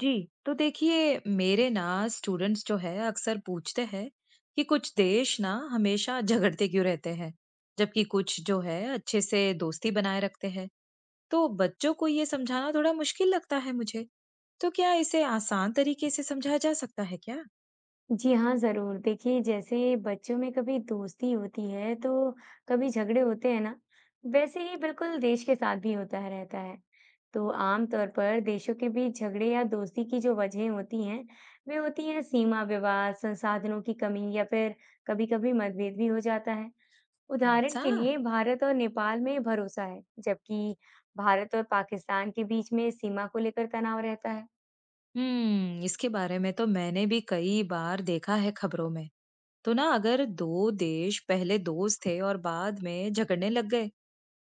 जी। तो देखिए मेरे ना स्टूडेंट्स जो है अक्सर पूछते हैं कि कुछ देश ना हमेशा झगड़ते क्यों रहते हैं जबकि कुछ जो है अच्छे से दोस्ती बनाए रखते हैं। तो बच्चों को ये समझाना थोड़ा मुश्किल लगता है मुझे। तो क्या इसे आसान तरीके से समझाया जा सकता है क्या? जी हाँ, ज़रूर। देखिए, जैसे बच्चों में कभी दोस्ती होती है, तो कभी झगड़े होते हैं ना, वैसे ही बिल्कुल देश के साथ भी होता है रहता है। तो आम तौर पर देशों के बीच झगड़े या दोस्ती की जो वजहें होती हैं, वे होती हैं सीमा विवाद, संसाधनों की कमी या फिर कभी-कभी मतभेद भी हो जाता है। उदाहरण ऐसा। के लिए भारत और नेपाल में भरोसा है, जबकि भारत और पाकिस्तान के बीच में सीमा को लेकर तनाव रहता है। इसके बारे में तो मैंने भी कई बार देखा है खबरों में। तो ना अगर दो देश पहले दोस्त थे और बाद में झगड़ने लग गए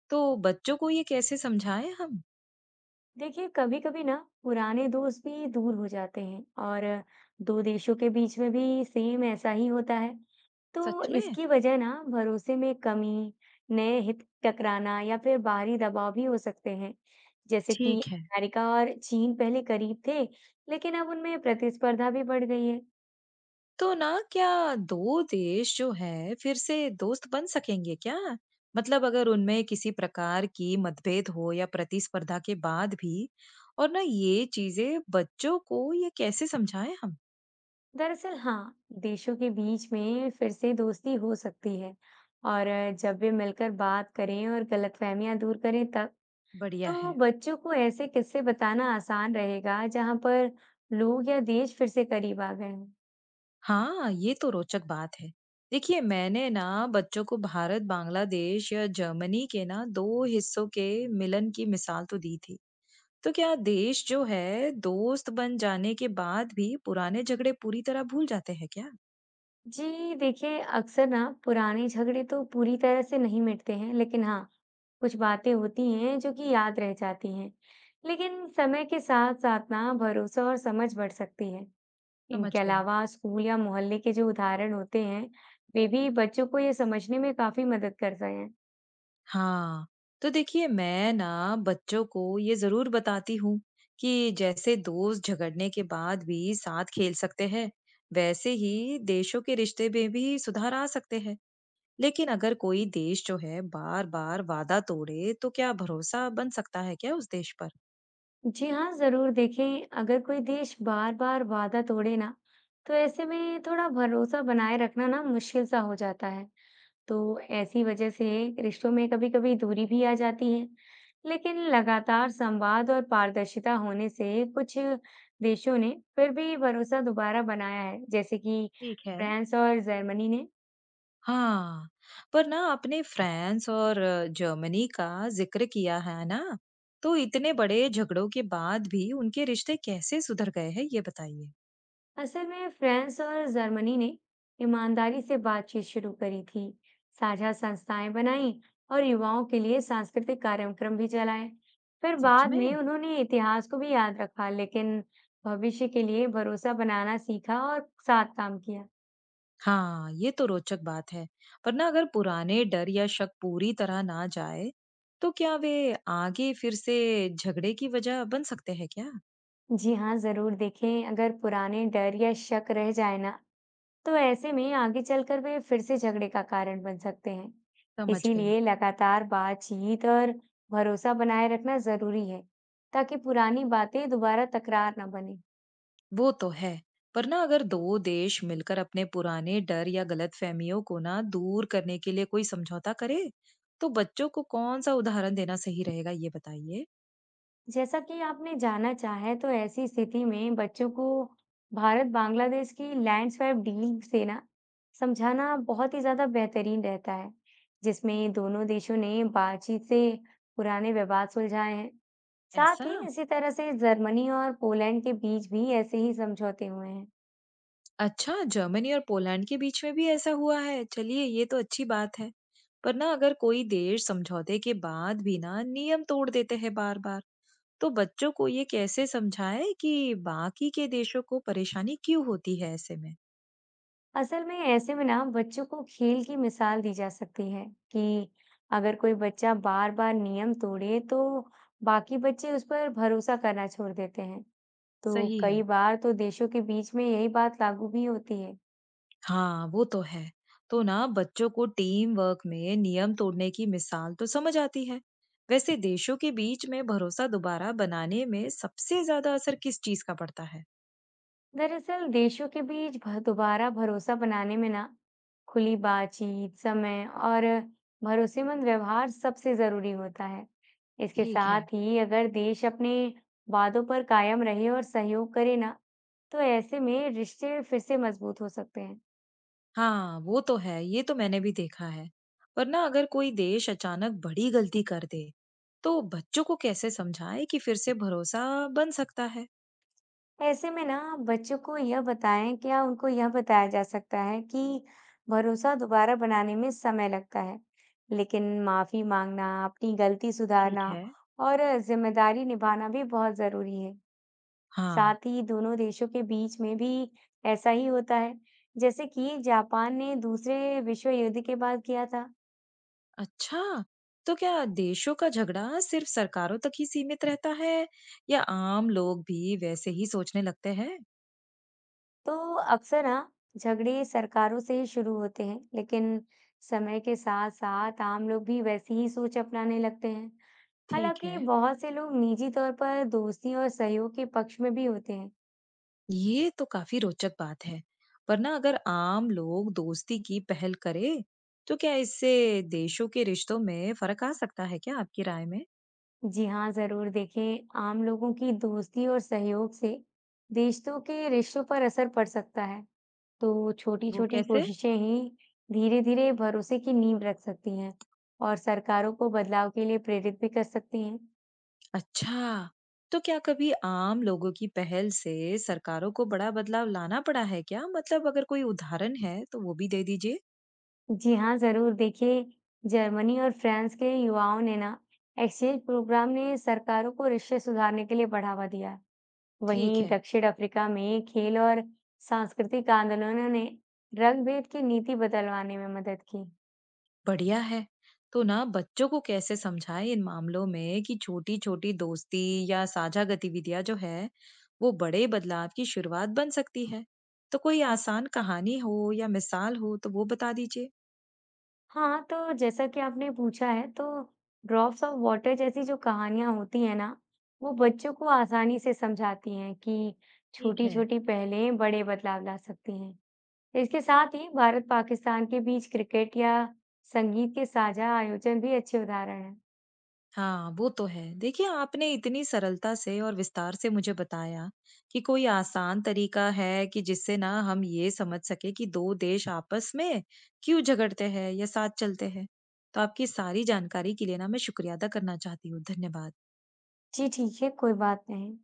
तो बच्चों को ये कैसे समझाएं हम? देखिए कभी कभी ना पुराने दोस्त भी दूर हो जाते हैं और दो देशों के बीच में भी सेम ऐसा ही होता है। तो सच में। इसकी वजह ना भरोसे में कमी, नए हित टकराना या फिर बाहरी दबाव भी हो सकते हैं। जैसे कि ठीक है। अमेरिका और चीन पहले करीब थे, लेकिन अब उनमें प्रतिस्पर्धा भी बढ़ गई है। तो ना क्या 2 देश जो है फिर से दोस्त बन सकेंगे क्या? मतलब अगर उनमें किसी प्रकार की मतभेद हो या प्रतिस्पर्धा के बाद भी। और ना ये चीज़ें बच्चों को ये कैसे समझाएँ हम? दरअसल हाँ, देशों के बीच में फिर से दोस्ती हो सकती है और जब वे मिलकर बात करें और गलतफहमियां दूर करें तब। बढ़िया तो है। बच्चों को ऐसे किस्से बताना आसान रहेगा जहां पर लोग या देश फिर से करीब आ गए हों। हाँ, ये तो रोचक बात है। देखिए मैंने ना बच्चों को भारत, बांग्लादेश या जर्मनी के ना 2 हिस्सों के मिलन की मिसाल तो दी थी। तो क्या देश जो है दोस्त बन जाने के बाद भी पुराने झगड़े पूरी तरह भूल जाते हैं क्या? जी देखिए, अक्सर ना पुराने झगड़े तो पूरी तरह से नहीं मिटते हैं, लेकिन हाँ, कुछ बातें होती हैं जो कि याद रह जाती हैं। लेकिन समय के साथ साथ ना भरोसा और समझ बढ़ सकती है। समझ इनके गई। अलावा स्कूल या मोहल्ले के जो उदाहरण होते हैं, वे भी बच्चों को ये समझने में काफी मदद करते हैं। हाँ। तो देखिए मैं ना बच्चों को ये जरूर बताती हूँ कि जैसे दोस्त झगड़ने के बाद भी साथ खेल सकते हैं वैसे ही देशों के रिश्ते में भी सुधार आ सकते हैं। लेकिन अगर कोई देश जो है बार बार वादा तोड़े तो क्या भरोसा बन सकता है क्या उस देश पर? जी हाँ, ज़रूर देखें, अगर कोई देश बार-बार वादा तोड़े ना, तो ऐसे में थोड़ा भरोसा बनाए रखना ना मुश्किल सा हो जाता है। तो ऐसी वजह से रिश्तों में कभी-कभी दूरी भी आ जाती है। लेकिन लगातार संवाद और पारदर्शिता होने से कुछ देशों ने फिर भी भरोसा दोबारा बनाया है, जैसे कि ठीक है। फ्रांस और जर्मनी ने। हाँ, पर ना आपने फ्रांस और जर्मनी का जिक्र किया है ना, तो इतने बड़े झगड़ों के बाद भी उनके रिश्ते कैसे सुधर गए हैं ये बताइए। असल में फ्रांस और जर्मनी ने ईमानदारी से बातचीत शुरू करी थी, साझा संस्थाएं बनाई और युवाओं के लिए सांस्कृतिक कार्यक्रम भी चलाए। फिर सच बाद में में। उन्होंने इतिहास को भी याद रखा, लेकिन भविष्य के लिए भरोसा बनाना सीखा और साथ काम किया। हाँ, ये तो रोचक बात है। पर ना अगर पुराने डर या शक पूरी तरह ना जाए, तो क्या वे आगे फिर से झगड़े की वजह बन सकते हैं क्या? जी हाँ, जरूर देखें। अगर पुराने डर या शक रह जाए ना, तो ऐसे में आगे चलकर वे फिर से झगड़े का कारण बन सकते हैं। समझ गई। इसीलिए लगातार बातचीत और भरोसा बनाए रखना जरूरी है, ताकि पुरानी बातें दोबारा तकरार ना बने। वो तो है। पर ना अगर दो देश मिलकर अपने पुराने डर या गलतफहमियों को ना दूर करने के लिए कोई समझौता करे तो बच्चों को कौन सा उदाहरण देना सही रहेगा ये बताइए। जैसा कि आपने जाना चाहे, तो ऐसी स्थिति में बच्चों को भारत बांग्लादेश की लैंड स्वैप डील से ना समझाना बहुत ही ज्यादा बेहतरीन रहता है, जिसमें दोनों देशों ने बातचीत से पुराने विवाद सुलझाए हैं। साथ ऐसा। ही इसी तरह से जर्मनी और पोलैंड के बीच भी ऐसे ही समझौते हुए हैं। अच्छा, जर्मनी और पोलैंड के बीच में भी ऐसा हुआ है? चलिए, ये तो अच्छी बात है। पर ना अगर कोई देश समझौते के बाद भी ना नियम तोड़ देते हैं बार बार, तो बच्चों को ये कैसे समझाएं कि बाकी के देशों को परेशानी क्यों होती है ऐसे में? असल में ऐसे में ना बच्चों को खेल की मिसाल दी जा सकती है कि अगर कोई बच्चा बार बार नियम तोड़े, तो बाकी बच्चे उस पर भरोसा करना छोड़ देते हैं। तो सही कई है। बार तो देशों के बीच में यही बात लागू भी होती है। हाँ, वो तो है। तो ना बच्चों को टीम वर्क में नियम तोड़ने की मिसाल तो समझ आती है। वैसे देशों के बीच में भरोसा दोबारा बनाने में सबसे ज्यादा असर किस चीज का पड़ता है? दरअसल देशों के बीच दोबारा भरोसा बनाने में ना खुली बातचीत, समय और भरोसेमंद व्यवहार सबसे जरूरी होता है। इसके ठीक है। साथ ही अगर देश अपने वादों पर कायम रहे और सहयोग करे ना, तो ऐसे में रिश्ते फिर से मजबूत हो सकते हैं। हाँ, वो तो है। ये तो मैंने भी देखा है। पर ना अगर कोई देश अचानक बड़ी गलती कर दे, तो बच्चों को कैसे समझाएं कि फिर से भरोसा बन सकता है? ऐसे में ना आप बच्चों को यह बताएं, क्या उनको यह बताया जा सकता है कि भरोसा दोबारा बनाने में समय लगता है, लेकिन माफी मांगना, अपनी गलती ठीक सुधारना है। और जिम्मेदारी निभाना भी बहुत जरूरी है। हाँ। साथ ही दोनों देशों के बीच में भी ऐसा ही होता है, जैसे कि जापान ने दूसरे विश्व युद्ध के बाद किया था। अच्छा! तो क्या देशों का झगड़ा सिर्फ़ सरकारों तक ही सीमित रहता है या आम लोग भी वैसे ही सोचने लगते हैं? तो अक्सर ना झगड़े सरकारों से ही शुरू होते हैं, लेकिन समय के साथ साथ आम लोग भी वैसी ही सोच अपनाने लगते हैं। ठीक हालांकि है। बहुत से लोग निजी तौर पर दोस्ती और सहयोग के पक्ष में भी होते हैं। ये तो काफ़ी रोचक बात है। पर ना अगर आम लोग दोस्ती की पहल करें, तो क्या इससे देशों के रिश्तों में फ़र्क आ सकता है क्या आपकी राय में? जी हाँ, जरूर देखें, आम लोगों की दोस्ती और सहयोग से देशों के रिश्तों पर असर पड़ सकता है। तो छोटी वो छोटी कैसे? कोशिशें ही धीरे धीरे भरोसे की नींव रख सकती हैं और सरकारों को बदलाव के लिए प्रेरित भी कर सकती हैं। अच्छा, तो क्या कभी आम लोगों की पहल से सरकारों को बड़ा बदलाव लाना पड़ा है क्या? मतलब अगर कोई उदाहरण है तो वो भी दे दीजिए। जी हाँ, ज़रूर। देखिए, जर्मनी और फ्रांस के युवाओं ने ना एक्सचेंज प्रोग्राम ने सरकारों को रिश्ते सुधारने के लिए बढ़ावा दिया। ठीक वहीं है। दक्षिण अफ्रीका में खेल और सांस्कृतिक आंदोलनों ने रंग-भेद की नीति बदलवाने में मदद की। बढ़िया है। तो ना बच्चों को कैसे समझाएं इन मामलों में कि छोटी-छोटी दोस्ती या साझा गतिविधियां जो है, वो बड़े बदलाव की शुरुआत बन सकती है? तो कोई आसान कहानी हो या मिसाल हो तो वो बता दीजिए। हाँ, तो जैसा कि आपने पूछा है, तो ड्रॉप्स ऑफ वाटर जैसी जो कहानियाँ होती हैं ना, वो बच्चों को आसानी से समझाती हैं कि ठीक है। छोटी-छोटी पहलें बड़े बदलाव ला सकती हैं। इसके साथ ही भारत पाकिस्तान के बीच क्रिकेट या संगीत के साझा आयोजन भी अच्छे उदाहरण हैं। हाँ, वो तो है। देखिए, आपने इतनी सरलता से और विस्तार से मुझे बताया कि कोई आसान तरीका है कि जिससे ना हम ये समझ सके कि 2 देश आपस में क्यों झगड़ते हैं या साथ चलते हैं। तो आपकी सारी जानकारी के लिए ना मैं शुक्रिया अदा करना चाहती हूँ। धन्यवाद। जी ठीक है, कोई बात नहीं।